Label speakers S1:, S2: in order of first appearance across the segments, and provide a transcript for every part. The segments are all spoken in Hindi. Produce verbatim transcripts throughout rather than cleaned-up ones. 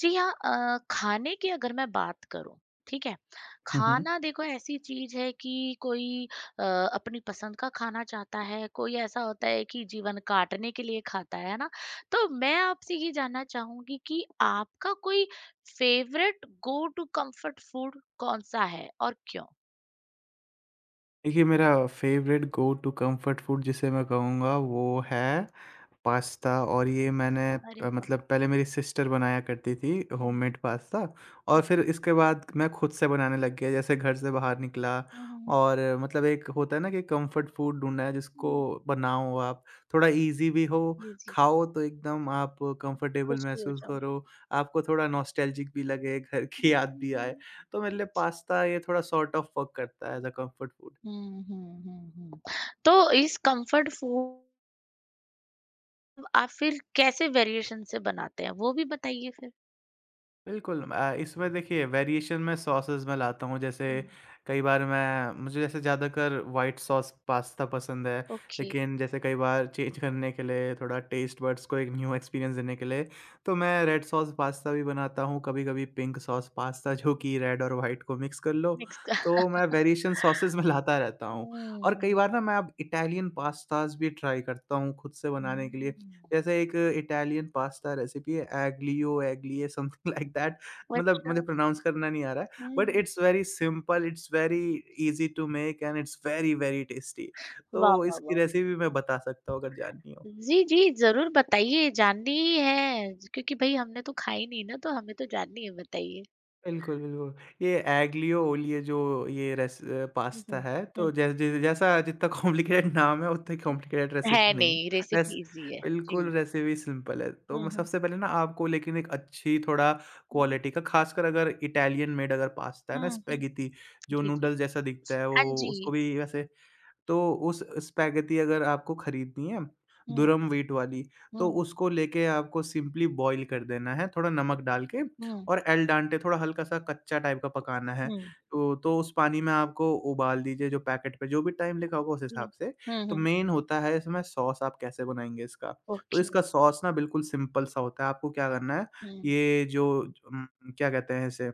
S1: जी हाँ अ, खाने की अगर मैं बात करूं। ठीक है।
S2: Uh huh.
S1: खाना देखो ऐसी चीज है कि कोई अ, अपनी पसंद का खाना चाहता है। कोई ऐसा होता है कि जीवन काटने के लिए खाता है ना। तो मैं आपसे ये जानना चाहूंगी कि आपका कोई favourite go to comfort food कौन सा है और क्यों?
S2: देखिए, मेरा favourite go to comfort food जिसे मैं कहूँगा वो
S1: हम्म।
S2: है पास्ता। और ये मैंने
S1: अरे
S2: अ,
S1: वाह।
S2: मतलब पहले मेरी सिस्टर बनाया करती थी,
S1: हम्म।
S2: Homemade pasta. और फिर
S1: ओके।
S2: इसके बाद मैं खुद से बनाने लग गया जैसे घर से बाहर निकला।
S1: हम्म, हम्म।
S2: और अ, मतलब एक होता है ना कि कम्फ़र्ट फूड ढूँढना है जिसको
S1: हम्म।
S2: बनाओ आप, थोड़ा ईज़ी भी हो,
S1: जी, जी।
S2: खाओ तो एकदम आप कम्फ़र्टेबल
S1: खुश भी हो
S2: महसूस
S1: जाओ।
S2: करो, आपको थोड़ा नॉस्टैल्जिक भी लगे, घर की याद भी आए।
S1: हम्म,
S2: तो मेरे लिए पास्ता ये थोड़ा सॉर्ट ऑफ वर्क करता है as a comfort food.
S1: Hmm, hmm, hmm, hmm. तो इस कंफर्ट फूड आप फिर कैसे वेरिएशन से बनाते हैं? वो भी बताइए फिर।
S2: बिल्कुल। अ, इसमें देखिए वेरिएशन मैं सॉसेस में लाता हूँ। जैसे
S1: हुँ।
S2: कई बार मैं मुझे जैसे ज़्यादातर वाइट सॉस पास्ता पसंद है,
S1: ओके।
S2: लेकिन जैसे कई बार चेंज करने के लिए, थोड़ा टेस्ट बड्स को एक न्यू एक्सपीरियंस देने के लिए, तो मैं रेड सॉस पास्ता भी बनाता हूँ, कभी-कभी पिंक सॉस पास्ता जो कि रेड और वाइट को मिक्स कर लो।
S1: मिक्स।
S2: तो मैं वेरिएशन सॉसेस में लाता रहता हूँ।
S1: हुँ,
S2: और कई
S1: हुँ।
S2: बार ना मैं अब इटालियन पास्ताज़ भी ट्राई करता हूँ खुद से बनाने के लिए। जैसे एक इटालियन पास्ता रेसिपी है एग्लियो एग्लिए, समथिंग लाइक दैट। मतलब
S1: अच्छा।
S2: मुझे प्रोनाउंस करना नहीं आ रहा है, बट
S1: हुँ।
S2: It's very simple, it's very easy to make, and it's very very tasty.
S1: वाह,
S2: तो
S1: वाह,
S2: इसकी
S1: वाह!
S2: रेसिपी मैं बता सकता हूँ अगर जाननी हो।
S1: जी, जी, ज़रूर बताइए, जाननी ही है क्योंकि भई हमने तो खाई नहीं ना, तो हमें तो जाननी है, बताइए।
S2: बिल्कुल, बिल्कुल। ये एग्लियो ओलियो जो ये रेस अ,
S1: हुँ, हुँ,
S2: पास्ता है,
S1: हुँ,
S2: तो जैस जै जैसा जितना कॉम्प्लिकेटेड नाम है, उतनी
S1: हुँ।
S2: कॉम्प्लिकेटेड
S1: है
S2: रेसिपी नहीं है।
S1: नहीं,
S2: बस
S1: रेसिपी ईज़ी है। जी।
S2: बिल्कुल रेसिपी सिंपल है। तो
S1: हुँ,
S2: मैं
S1: हुँ,
S2: सबसे पहले ना आपको, लेकिन एक अच्छी थोड़ा
S1: हुँ,
S2: क्वालिटी का, खासकर अगर इटालियन मेड अगर पास्ता है ना,
S1: हुँ, हुँ।
S2: स्पेगेटी, जो
S1: जी, जी।
S2: नूडल्स जैसा दिखता है, वो
S1: हाँ जी।
S2: उसको भी वैसे। तो उस स्पैगेटी अगर आपको खरीदनी है,
S1: हुँ,
S2: दुरम व्हीट वाली,
S1: हुँ,
S2: तो उसको लेके आपको सिंपली बॉयल कर देना है, थोड़ा नमक डाल के,
S1: हुँ,
S2: और एल डांटे थोड़ा हल्का-सा कच्चा टाइप का पकाना है।
S1: हुँ।
S2: तो तो उस पानी में आपको उबाल दीजिए, जो पैकेट पे जो भी टाइम लिखा होगा उस
S1: जी।
S2: हिसाब से।
S1: हुँ,
S2: तो
S1: हुँ।
S2: मेन होता है इसमें सॉस आप कैसे बनाएँगे इसका। तो
S1: ओके।
S2: इसका सॉस ना बिल्कुल सिंपल सा होता है, आपको क्या करना है,
S1: हुँ,
S2: ये जो उम, क्या कहते हैं इसे,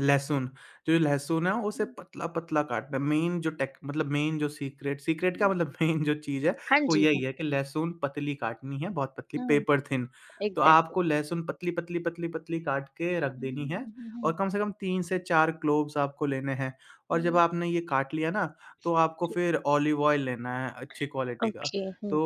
S2: लहसुन, जो लहसुन है उसे
S1: हुँ।
S2: पतला-पतला काटना है। मेन जो टेक मतलब मेन जो सीक्रेट सीक्रेट क्या मतलब मेन जो चीज़ है
S1: हाँ
S2: वो
S1: जी,
S2: यही
S1: हाँ।
S2: है कि लहसुन पतली काटनी है, बहुत पतली,
S1: हुँ।
S2: Paper thin. तो
S1: एग्ज़ैक्टली।
S2: आपको लहसुन पतली-पतली, पतली-पतली काट के रख
S1: हुँ,
S2: देनी है,
S1: हुँ, हुँ,
S2: और
S1: हुँ,
S2: कम से कम तीन से चार क्लोव्स आपको लेने हैं।
S1: हुँ,
S2: और जब
S1: हुँ।
S2: आपने ये काट लिया ना, तो आपको
S1: जी,
S2: फिर ऑलिव ऑयल लेना है अच्छी क्वालिटी का।
S1: ओके, हुँ।
S2: तो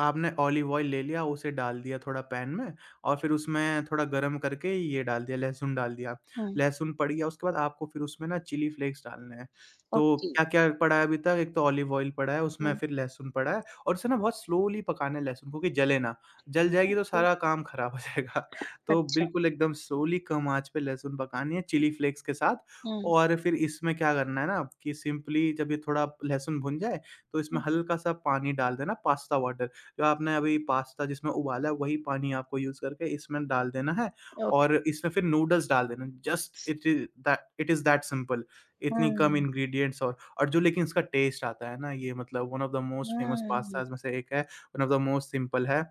S2: आपने ऑलिव ऑयल ले लिया, उसे डाल दिया थोड़ा पैन में, और फिर उसमें थोड़ा गरम करके ये डाल दिया, लहसुन डाल दिया।
S1: हुँ।
S2: लहसुन पड़ गया, उसके बाद आपको फिर उसमें ना चिली फ्लेक्स डालने हैं। तो
S1: ओके,
S2: क्या-क्या पड़ा है अभी तक, एक तो ऑलिव ऑयल पड़ा है, उसमें
S1: हुँ।
S2: फिर लहसुन पड़ा है, और उसे ना बहुत स्लोली पकाना है लहसुन को कि जले ना। जल जाएगी तो
S1: ओके,
S2: सारा काम खराब हो जाएगा। तो
S1: अच्छा।
S2: बिल्कुल एकदम स्लोली कम आँच पे लहसुन पकानी है चिली फ्लेक्स के साथ।
S1: हुँ,
S2: और फिर इसमें क्या करना है ना कि सिंपली जब ये थोड़ा लहसुन भुन जाए, तो इसमें
S1: हुँ।
S2: हल्का-सा पानी डाल देना, पास्ता वाटर। जो आपने अभी पास्ता जिसमें उबाला है, वही पानी आपको यूज़ करके इसमें डाल देना है, और
S1: ओके।
S2: इसमें फिर नूडल्स डाल देना। Just it is that it is that simple. इतनी कम
S1: हुँ,
S2: इंग्रीडिएंट्स, और और जो लेकिन इसका टेस्ट आता है ना, ये मतलब one of the most famous
S1: हुँ।
S2: पास्ताज़ में से एक है, one of the most simple है।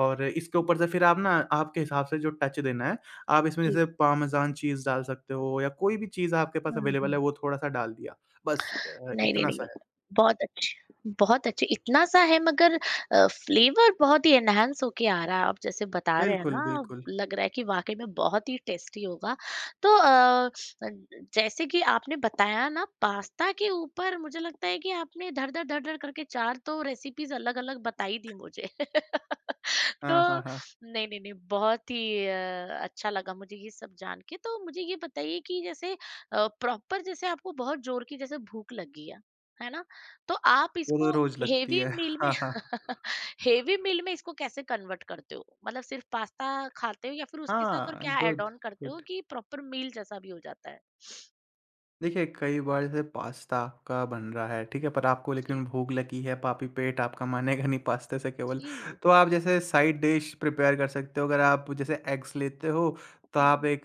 S2: और इसके ऊपर से फिर आप ना आपके हिसाब से जो टच देना है, आप इसमें
S1: जी।
S2: जैसे पार्मेज़ान चीज़ डाल सकते हो, या कोई भी चीज़ आपके पास
S1: हुँ,
S2: अवेलेबल है,
S1: हुँ।
S2: वो थोड़ा-सा डाल दिया। बस अ,
S1: नहीं, नहीं,
S2: इतना-सा
S1: नहीं।
S2: है।
S1: बहुत अच्छे। बहुत अच्छे, इतना सा है मगर अ, फ्लेवर बहुत ही एनहांस होके आ रहा है। आप जैसे बता रहे हैं ना,
S2: बिल्कुल, बिल्कुल।
S1: लग रहा है कि वाक़ई में बहुत ही टेस्टी होगा। तो अ, जैसे कि आपने बताया ना पास्ता के ऊपर मुझे लगता है कि आपने धर-धर, धर-धर करके चार तो रेसिपीज़ अलग-अलग बता ही दी मुझे। तो
S2: हाँ, हाँ, हाँ।
S1: नहीं, नहीं, नहीं, बहुत ही अ, अच्छा लगा मुझे ये सब जान के। तो मुझे ये बताइए कि जैसे अ, प्रॉपर, जैसे आपको बहुत ज़ोर की जैसे भूख लगी है, है ना? तो आप
S2: वो तो
S1: इसको
S2: रोज़ लगती
S1: हेवी
S2: है।
S1: मील में
S2: हाँ, हाँ।
S1: हेवी मील में इसको कैसे कन्वर्ट करते हो? मतलब सिर्फ़ पास्ता खाते हो या फिर उसके साथ और
S2: हाँ,
S1: क्या ऐड
S2: गुड,
S1: ऑन करते हो
S2: गुड।
S1: कि प्रॉपर मील जैसा भी हो जाता है?
S2: देखिए, कई बार जैसे पास्ता आपका बन रहा है, ठीक है? पर आपको
S1: जी।
S2: लेकिन भूख लगी है, पापी पेट आपका मानेगा नहीं पास्ते से केवल।
S1: जी।
S2: तो आप जैसे साइड डिश प्रिपेयर कर सकते हो, अगर आप
S1: हुँ,
S2: जैसे एग्स लेते हो, तो आप
S1: हुँ,
S2: एक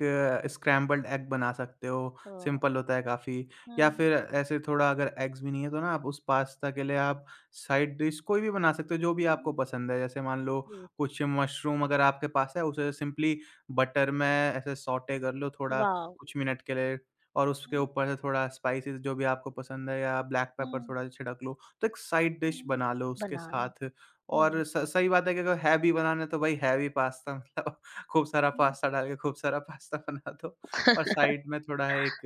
S2: स्क्रैम्बल्ड एग बना सकते हो,
S1: हाँ,
S2: सिंपल होता है काफ़ी।
S1: हुँ,
S2: या
S1: हुँ,
S2: फिर ऐसे थोड़ा अगर एग्स भी नहीं है, तो ना आप उस पास्ता के लिए आप साइड डिश कोई भी बना सकते हो, जो
S1: हुँ,
S2: भी आपको
S1: हुँ,
S2: पसंद है। जैसे मान लो
S1: जी,
S2: कुछ मशरूम अगर आपके पास है, उसे सिंपली बटर में ऐसे सौटे कर लो थोड़ा
S1: वाव!
S2: कुछ मिनट के लिए। और
S1: हुँ,
S2: उसके ऊपर से थोड़ा स्पाइसेस जो भी आपको पसंद है, या ब्लैक पेपर
S1: हुँ,
S2: थोड़ा सा छिड़क लो, तो एक साइड डिश
S1: हुँ,
S2: बना लो उसके
S1: बनाना,
S2: साथ।
S1: हुँ।
S2: और स सही बात है कि अगर हैवी बनाना है तो भाई हैवी पास्ता मतलब खूब सारा
S1: हुँ।
S2: पास्ता डाल के, खूब सारा पास्ता बना दो, और साइड में थोड़ा एक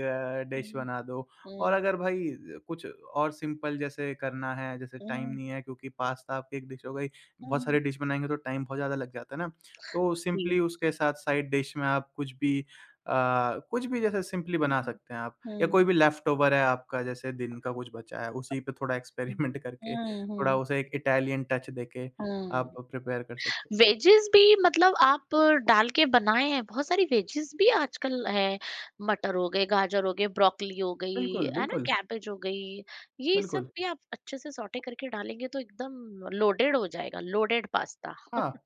S2: डिश
S1: हुँ,
S2: बना दो। और
S1: हुँ,
S2: अगर भाई कुछ और सिंपल जैसे करना है, जैसे टाइम
S1: हुँ,
S2: नहीं है क्योंकि पास्ता आपकी एक डिश हो गई,
S1: हुँ,
S2: बहुत
S1: हुँ।
S2: सारी डिश बनाएँगे तो टाइम बहुत ज़्यादा लग जाता है ना, तो
S1: जी।
S2: सिंपली उसके साथ साइड डिश में आप कुछ भी अ, कुछ भी जैसे सिंपली
S1: हुँ,
S2: बना सकते हैं आप, या
S1: हुँ,
S2: कोई भी लेफ्टओवर है आपका, जैसे दिन का कुछ बचा है उसी पे
S1: अच्छा।
S2: थोड़ा एक्सपेरिमेंट करके,
S1: हुँ,
S2: थोड़ा
S1: हुँ,
S2: उसे एक इटालियन टच देके
S1: हुँ।
S2: आप प्रिपेयर कर सकते हो।
S1: वेजेज़ भी, मतलब आप डाल के बनाए हैं, बहुत सारी वेजेज़ भी आजकल है, मटर हो गए, गाजर हो गए, ब्रोकली हो गई,
S2: बिल्कुल,
S1: है ना?
S2: बिल्कुल,
S1: कैबेज हो गई, ये सब
S2: बिल्कुल।
S1: भी आप अच्छे से सौटे करके डालेंगे तो एकदम लोडेड हो जाएगा, लोडेड पास्ता,
S2: हाँ।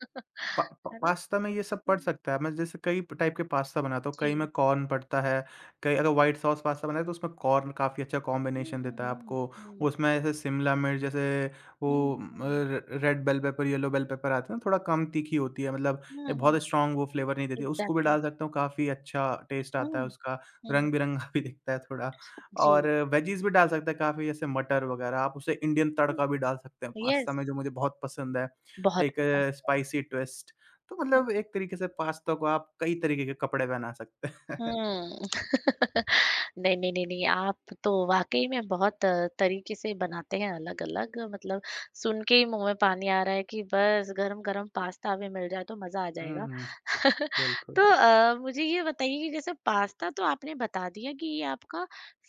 S2: पा पा
S1: है ना?
S2: पास्ता में ये सब
S1: हुँ,
S2: पड़ सकता है, मैं जैसे कई टाइप के पास्ता बनाता हूँ,
S1: जी।
S2: कई में कॉर्न पड़ता है, कई अगर व्हाइट सॉस पास्ता बनाए तो उसमें कॉर्न काफ़ी अच्छा
S1: हुँ,
S2: कॉम्बिनेशन
S1: हुँ,
S2: देता है
S1: हुँ,
S2: आपको।
S1: हुँ,
S2: उसमें ऐसे शिमला मिर्च जैसे वो
S1: हुँ,
S2: उम,
S1: हुँ,
S2: र red bell pepper, yellow bell pepper आते हैं ना, थोड़ा कम तीखी होती है मतलब ए,
S1: हुँ, हुँ,
S2: बहुत स्ट्रॉन्ग वो फ्लेवर नहीं देती है, उसको भी
S1: एग्ज़ैक्टली।
S2: डाल सकता हूँ, काफ़ी अच्छा टेस्ट आता है
S1: हुँ,
S2: उसका,
S1: हुँ।
S2: रंग-बिरंगा भी दिखता है थोड़ा।
S1: जी।
S2: और वेजीज़ भी डाल सकते हैं काफ़ी, जैसे मटर वगैरह, आप उसे इंडियन तड़का भी डाल सकते हैं पास्ता
S1: यस,
S2: में, जो मुझे बहुत पसंद है।
S1: बहुत
S2: एक
S1: अच्छा।
S2: Spicy twist. तो मतलब एक तरीके से पास्ता को आप कई तरीके के कपड़े बना सकते हैं।
S1: हुँ। नहीं, नहीं, नहीं, नहीं, आप तो वाक़ई में बहुत अ, तरीके से बनाते हैं अलग-अलग, मतलब सुन के ही मुँह में पानी आ रहा है कि बस गरम-गरम पास्ता भी मिल जाए तो मज़ा आ जाएगा।
S2: हुँ, बिल्कुल।
S1: तो अ, मुझे ये बताइए कि जैसे पास्ता तो आपने बता दिया कि ये आपका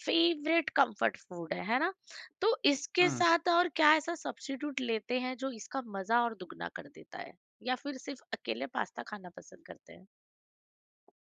S1: फ़ेवरेट कम्फ़र्ट फ़ूड है, है ना? तो इसके
S2: हुँ।
S1: साथ और क्या ऐसा सब्स्टिट्यूट लेते हैं जो इसका मज़ा और दुगना कर देता है? या फिर सिर्फ़ अकेले पास्ता खाना पसंद करते हैं?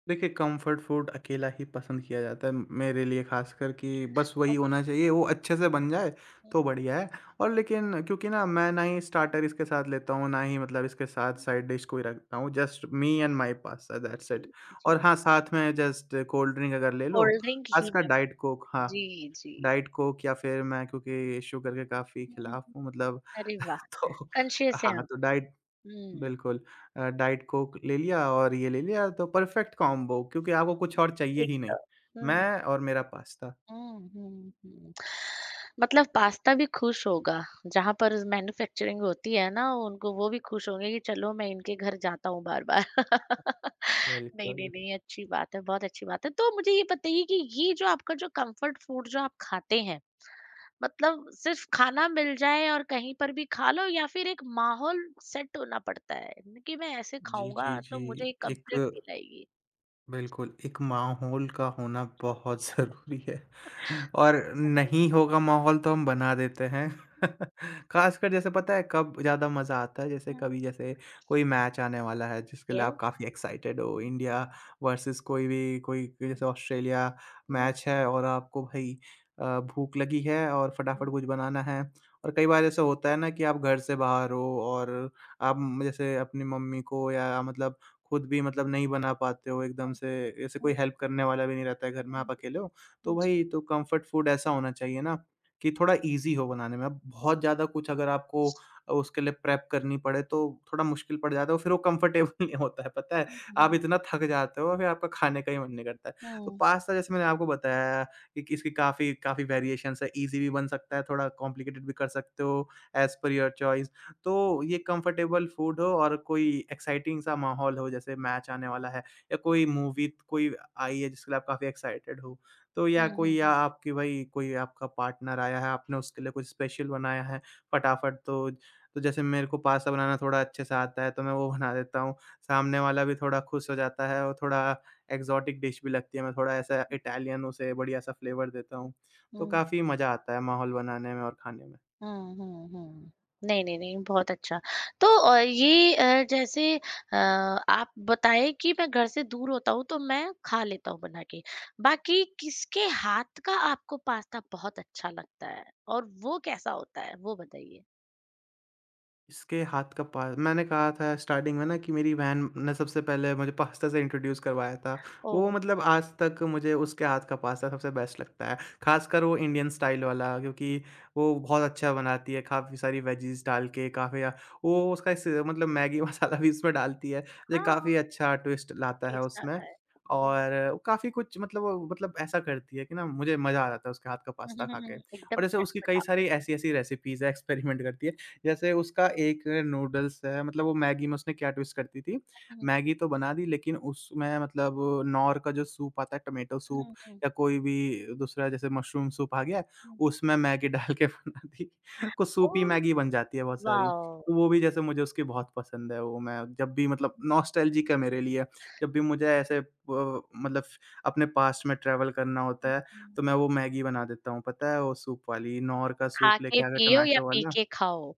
S2: देखिए कम्फर्ट फूड अकेला ही पसंद किया जाता है, मेरे लिए ख़ासकर, कि बस वही होना
S1: ओके।
S2: चाहिए, वो अच्छे से बन जाए तो बढ़िया है। और लेकिन क्योंकि ना मैं ना ही स्टार्टर इसके साथ लेता हूँ, ना ही मतलब इसके साथ साइड डिश कोई रखता हूँ, just me and my pasta, that's it.
S1: जी।
S2: और हाँ, साथ में जस्ट कोल्ड ड्रिंक अगर ले लो,
S1: कोल्ड ड्रिंक ही
S2: ख़ासकर
S1: मैं
S2: डाइट कोक,
S1: पीती।
S2: हाँ।
S1: जी, जी।
S2: डाइट कोक, या फिर मैं क्योंकि शुगर के काफ़ी
S1: हुँ,
S2: खिलाफ
S1: हुँ।
S2: हूँ मतलब
S1: अरे वाह!
S2: तो
S1: कॉन्शियस हैं
S2: हाँ,
S1: आप।
S2: तो डाइट,
S1: हुँ।
S2: बिल्कुल, अ, डाइट कोक ले लिया और ये ले लिया तो परफेक्ट कॉम्बो, क्योंकि आपको कुछ और चाहिए
S1: एक
S2: ही नहीं।
S1: अ, हुँ।
S2: मैं और मेरा पास्ता।
S1: हुँ, हुँ, हुँ। मतलब पास्ता भी खुश होगा, जहाँ पर मैन्युफैक्चरिंग होती है ना, उनको वो भी खुश होंगे कि चलो मैं इनके घर जाता हूँ बार-बार। नहीं, नहीं,
S2: बिल्कुल।
S1: नहीं, अच्छी बात है, बहुत अच्छी बात है। तो मुझे ये बताइए कि ये जो आपका जो कम्फर्ट फूड जो आप खाते हैं, मतलब सिर्फ खाना मिल जाए और कहीं पर भी खा लो या फिर एक माहौल सेट होना पड़ता है कि मैं ऐसे
S2: जी। जी,
S1: खाऊंगा तो
S2: जी।
S1: मुझे
S2: एक
S1: कंप्लीट फील आएगी।
S2: बिल्कुल, एक माहौल का होना बहुत ज़रूरी है। और
S1: बताइए।
S2: नहीं होगा माहौल तो हम बना देते हैं। ख़ासकर जैसे पता है कब ज़्यादा मज़ा आता है, जैसे
S1: हाँ,
S2: कभी जैसे कोई मैच आने वाला है जिसके
S1: ये
S2: लिए
S1: हम्म,
S2: आप काफ़ी एक्साइटेड हो, इंडिया वर्सेस कोई भी, कोई जैसे ऑस्ट्रेलिया
S1: हम्म,
S2: मैच है, और आपको भाई अ, भूख लगी है और
S1: हम्म, हम्म,
S2: फटाफट कुछ बनाना है। और कई बार ऐसा होता है ना कि आप घर से बाहर हो और आप जैसे अपनी मम्मी को, या मतलब खुद भी मतलब नहीं बना पाते हो एकदम से, ऐसे कोई
S1: हम्म,
S2: हेल्प करने वाला भी नहीं रहता है घर में,
S1: हम्म,
S2: आप अकेले हो। तो
S1: हम्म,
S2: वही तो कम्फर्ट फूड ऐसा होना चाहिए ना कि थोड़ा ईज़ी हो बनाने में। अब बहुत ज़्यादा कुछ अगर आपको उसके लिए प्रेप करनी पड़े तो थोड़ा मुश्किल पड़ जाता है, और फिर वो कम्फर्टेबल नहीं होता है, पता है? आप
S1: हम्म,
S2: इतना थक जाते हो फिर आपका खाने का ही मन नहीं करता है। तो
S1: हम्म,
S2: पास्ता जैसे मैंने आपको बताया कि कि इसकी काफ़ी काफ़ी वेरिएशंस है, ईज़ी भी बन सकता है, थोड़ा कॉम्प्लिकेटेड भी कर सकते हो, एज़ पर योर चॉइस। तो ये कंफर्टेबल फूड हो और कोई एक्साइटिंग सा माहौल हो, जैसे मैच आने वाला है या कोई मूवी कोई आई है जिसके लिए आप काफ़ी एक्साइटेड हो। तो या
S1: हम्म,
S2: कोई या
S1: हम्म।
S2: आपकी भाई कोई आपका पार्टनर आया है, आपने उसके लिए कुछ स्पेशल बनाया है फटाफट। तो तो जैसे मेरे को पास्ता बनाना थोड़ा अच्छे से आता है तो मैं वो बना देता हूँ। सामने वाला भी थोड़ा खुश हो जाता है और थोड़ा एक्सोटिक डिश भी लगती है, मैं थोड़ा ऐसा इटालियन उसे बढ़िया-सा फ्लेवर देता हूँ। तो
S1: हम्म,
S2: काफ़ी मज़ा आता है माहौल बनाने में और खाने में।
S1: हुँ, हुँ, हुँ। नहीं, नहीं, नहीं, बहुत अच्छा। तो अ, ये अ, जैसे अ, आप बताएँ कि मैं घर से दूर होता हूँ, तो मैं खा लेता हूँ बना के। बाकी किसके हाथ का आपको पास्ता बहुत अच्छा लगता है और वो कैसा होता है, वो बताइए?
S2: इसके हाथ का पा मैंने कहा था स्टार्टिंग में ना कि मेरी बहन ने सबसे पहले मुझे पास्ता से इंट्रोड्यूस करवाया था।
S1: ओह!
S2: वो मतलब आज तक मुझे उसके हाथ का पास्ता सबसे बेस्ट लगता है। ख़ासकर वो इंडियन स्टाइल वाला, क्योंकि वो बहुत अच्छा बनाती है, काफ़ी सारी वेजीज़ डाल के काफ़ी अ, वो उसका इस मतलब मैगी मसाला भी उसमें डालती है। ये
S1: हाँ,
S2: काफ़ी अच्छा ट्विस्ट लाता है
S1: टेस्ट आता
S2: उसमें
S1: है। जी।
S2: और वो काफ़ी कुछ मतलब वो मतलब ऐसा करती है कि ना मुझे मज़ा आ जाता है उसके हाथ का
S1: हुँ, हुँ,
S2: पास्ता खा
S1: हुँ,
S2: के।
S1: हुँ। एकदम
S2: और जैसे उसकी कई
S1: चटपटा।
S2: सारी ऐसी-ऐसी रेसिपीज़ है, एक्सपेरिमेंट करती है। जैसे उसका एक नूडल्स है मतलब वो मैगी में उसने क्या ट्विस्ट करती थी,
S1: हुँ,
S2: मैगी तो बना दी लेकिन उसमें मतलब नौर का जो सूप आता है टोमेटो सूप
S1: हुँ, हुँ,
S2: या कोई भी दूसरा, जैसे मशरूम सूप आ गया,
S1: हुँ।
S2: उसमें मैगी डाल के बना दी। कुछ
S1: ओह!
S2: सूपी मैगी बन जाती है बहुत सारी।
S1: वॉव!
S2: तो वो भी जैसे मुझे उसकी बहुत पसंद है, वो मैं जब भी मतलब
S1: हुँ,
S2: नॉस्टैल्जिक है मेरे लिए। जब भी मुझे ऐसे ब मतलब अपने पास्ट में ट्रैवल करना
S1: हुँ,
S2: होता है,
S1: हुँ।
S2: तो मैं वो मैगी बना देता हूँ। पता है वो सूप वाली, नौर का
S1: खा
S2: सूप
S1: के
S2: लेके आ गया
S1: पियो या
S2: टोमेटो
S1: पी
S2: वाला।
S1: के खाओ।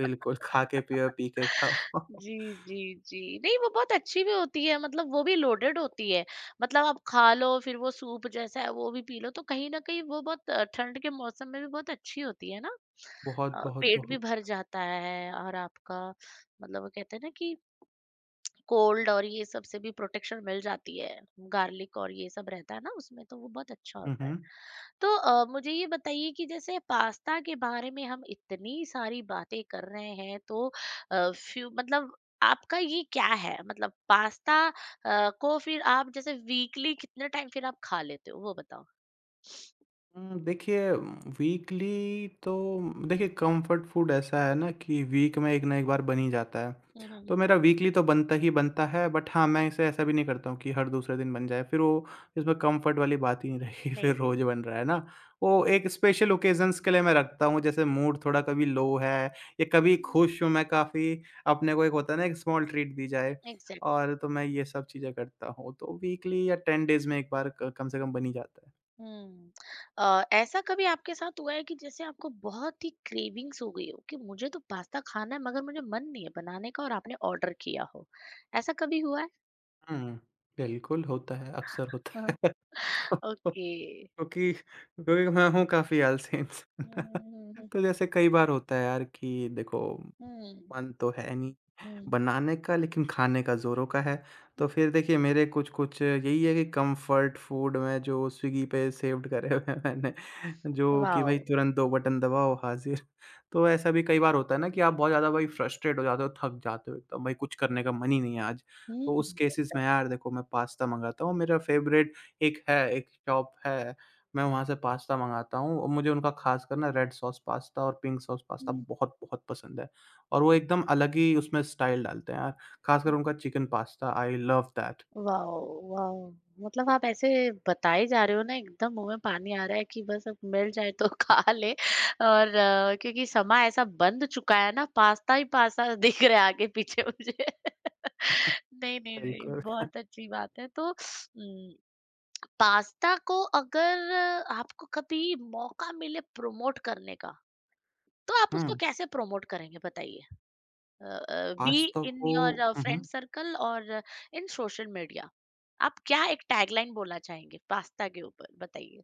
S2: बिल्कुल, खा के पियो, पी के खाओ।
S1: जी, जी, जी। नहीं, वो बहुत अच्छी भी होती है, मतलब वो भी लोडेड होती है। मतलब आप खा लो फिर वो सूप जैसा है वो भी पी लो तो कहीं न कहीं वो बहुत अ, ठंड के मौसम में भी बहुत अच्छी होती है ना?
S2: बहुत,
S1: अ,
S2: बहुत,
S1: पेट भी
S2: बहुत।
S1: भर जाता है और आपका, मतलब वो कहते हैं ना कि कोल्ड और ये सब से भी प्रोटेक्शन मिल जाती है, गार्लिक और ये सब रहता है ना उसमें तो वो बहुत अच्छा
S2: हुँ,
S1: होता है।
S2: हुँ।
S1: तो अ, मुझे ये बताइए कि जैसे पास्ता के बारे में हम इतनी सारी बातें कर रहे हैं तो अ, फ्यू, मतलब आपका ये क्या है, मतलब पास्ता अ, को फिर आप जैसे वीकली कितने टाइम फिर आप खा लेते हो वो बताओ।
S2: उम, देखिए, वीकली तो, देखिए कंफर्ट फूड ऐसा है ना कि वीक में एक ना एक बार बन ही जाता है।
S1: हम्म, हम्म।
S2: तो मेरा वीकली तो बनता ही बनता है, बट हाँ, मैं इसे ऐसा भी नहीं करता हूँ कि हर दूसरे दिन बन जाए। फिर वो इसमें कंफर्ट वाली बात ही नहीं रहेगी
S1: नहीं,
S2: फिर
S1: नहीं।
S2: रोज़ बन रहा है ना। वो
S1: जी।
S2: एक स्पेशल ओकेज़न्स के लिए मैं रखता हूँ, जैसे मूड थोड़ा कभी लो है या कभी खुश हूँ मैं काफ़ी, अपने को एक होता है ना एक स्मॉल ट्रीट दी जाए,
S1: एग्जैक्टली।
S2: और तो मैं ये सब चीज़ें करता हूँ। तो वीकली या टेन डेज़ में एक बार क कम से कम बन ही जाता है।
S1: हुँ। अ, ऐसा कभी आपके साथ हुआ है कि जैसे आपको बहुत ही क्रेविंग्स हो गई हो कि मुझे तो पास्ता खाना है मगर मुझे मन नहीं है बनाने का और आपने ऑर्डर किया हो। ऐसा कभी हुआ है?
S2: हुँ। बिल्कुल, होता है, अक्सर होता
S1: हाँ।
S2: है। तो
S1: ओके।
S2: क्योंकि क्योंकि मैं हूँ काफ़ी आलसी
S1: हुँ,
S2: इंसान।
S1: हुँ, हुँ,
S2: तो जैसे कई बार होता है यार कि देखो,
S1: हुँ,
S2: मन तो है नहीं
S1: हुँ, हुँ,
S2: बनाने का लेकिन खाने का ज़ोरों का है। तो
S1: हुँ।
S2: फिर देखिए मेरे कुछ-कुछ यही है कि कम्फ़र्ट फूड में जो स्विगी पे सेव्ड करे हुए हैं मैंने, जो कि भई
S1: वाओ!
S2: तुरंत दो बटन दबाओ हाज़िर। तो ऐसा भी कई बार होता है ना कि आप बहुत ज़्यादा भई फ्रस्ट्रेट हो जाते हो, थक जाते हो एकदम, भई कुछ करने का मन ही नहीं है आज। तो
S1: हुँ।
S2: उस केसेस में यार देखो मैं पास्ता मँगाता हूँ, मेरा फ़ेवरेट एक है, एक शॉप है, मैं वहाँ से पास्ता मँगाता हूँ और मुझे उनका ख़ासकर ना रेड सॉस पास्ता और पिंक सॉस पास्ता
S1: तो
S2: बहुत-बहुत पसंद है। और वो एकदम अलग ही उसमें स्टाइल डालते हैं यार, ख़ासकर उनका chicken pasta I love that.
S1: Wow! Wow! मतलब आप ऐसे बताए जा रहे हो ना एकदम मुँह में पानी आ रहा है कि बस अब मिल जाए तो खा लें। और अ, क्योंकि समय ऐसा बंध चुका है ना पास्ता ही पास्ता दिख रहा है आगे-पीछे मुझे। नहीं, नहीं, नहीं,
S2: बिल्कुल।
S1: बहुत अच्छी बात है तो उम, पास्ता को अगर आपको कभी मौका मिले प्रमोट करने का, तो आप उसको
S2: हुँ,
S1: कैसे प्रमोट करेंगे बताइए? uh, uh, be
S2: pasta
S1: in
S2: को।
S1: your uh,
S2: हुँ, हुँ।
S1: friend circle or uh, in social media, आप क्या एक टैगलाइन बोलना चाहेंगे पास्ता के ऊपर बताइए।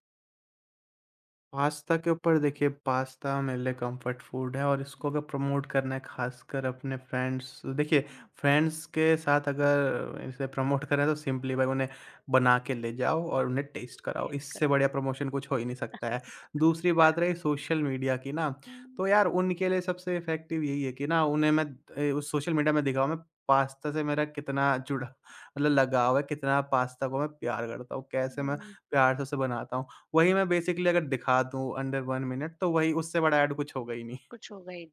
S2: पास्ता के ऊपर, देखिए पास्ता मेरे लिए कंफर्ट फूड है और इसको अगर प्रमोट करना है खासकर अपने फ्रेंड्स, देखिए
S1: हम्म।
S2: फ्रेंड्स के साथ अगर इसे प्रमोट करें तो सिंपली भाई उन्हें बना के ले जाओ और उन्हें टेस्ट कराओ,
S1: टेस्ट करा।
S2: इससे बढ़िया प्रमोशन कुछ हो ही नहीं सकता है। दूसरी बात रही सोशल मीडिया की ना,
S1: हम्म,
S2: तो यार उनके लिए सबसे इफेक्टिव यही है कि ना उन्हें मैं ए, उस सोशल मीडिया में दिखाऊं मैं पास्ता से मेरा कितना जुड़ा मतलब लगाव है, कितना पास्ता को मैं प्यार करता हूँ, कैसे मैं
S1: हम्म।
S2: प्यार से उसे बनाता हूँ। वही मैं बेसिकली अगर दिखा दूँ अंडर वन मिनट तो वही, उससे बड़ा ऐड कुछ होगा ही नहीं।
S1: कुछ होगा ही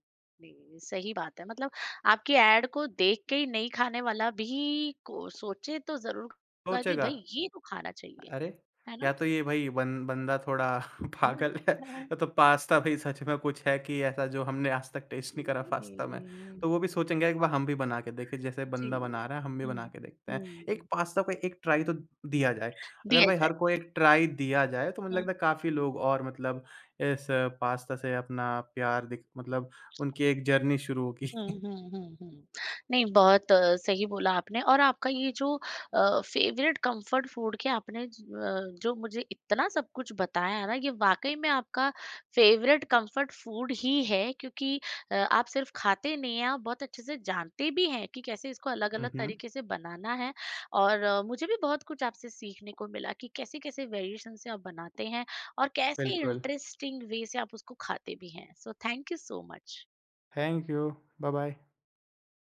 S1: नहीं। सही बात है, मतलब आपकी एड को देख के ही नहीं, खाने वाला भी को सोचे तो जरूर होगा कि
S2: सोचेगा,
S1: भाई ये तो खाना चाहिए,
S2: अरे!
S1: है ना?
S2: या तो ये भई बन बंदा थोड़ा
S1: हम्म,
S2: पागल है
S1: हाँ,
S2: या तो पास्ता भई सच में कुछ है कि ऐसा जो हमने आज तक टेस्ट नहीं करा
S1: जी,
S2: पास्ता में।
S1: जी,
S2: तो वो भी सोचेंगे एक बार हम भी बना के देखें, जैसे
S1: जी।
S2: बंदा बना रहा है हम भी बना
S1: हम्म,
S2: के देखते हैं।
S1: हम्म,
S2: एक
S1: हम्म।
S2: पास्ता को एक ट्राई तो दिया जाए। अगर
S1: दिया
S2: भाई
S1: जाए।
S2: हर कोई एक ट्राई दिया जाए तो मुझे
S1: हम्म।
S2: लगता है काफ़ी लोग और मतलब इस पास्ता से अपना प्यार दिख मतलब उनकी एक जर्नी शुरू होगी।
S1: हुँ, हुँ, हुँ, हुँ। नहीं, बहुत अ, सही बोला आपने और आपका ये जो अ, फ़ेवरेट कंफर्ट फ़ूड के आपने ज अ, जो मुझे इतना सब कुछ बताया ना, ये वाक़ई में आपका फ़ेवरेट कंफर्ट फ़ूड ही है क्योंकि अ, आप सिर्फ़ खाते नहीं हैं, आप बहुत अच्छे से जानते भी हैं कि कैसे इसको
S2: हुँ,
S1: अलग-अलग
S2: हुँ।
S1: तरीके से बनाना है और अ, मुझे भी बहुत कुछ आपसे सीखने को मिला कि कैसे-कैसे वेरिएशन से आप बनाते हैं और कैसे
S2: बिल्कुल।
S1: इंटरेस्टिंग वे से आप उसको खाते भी हैं। So thank you so much.
S2: Thank you. Bye bye.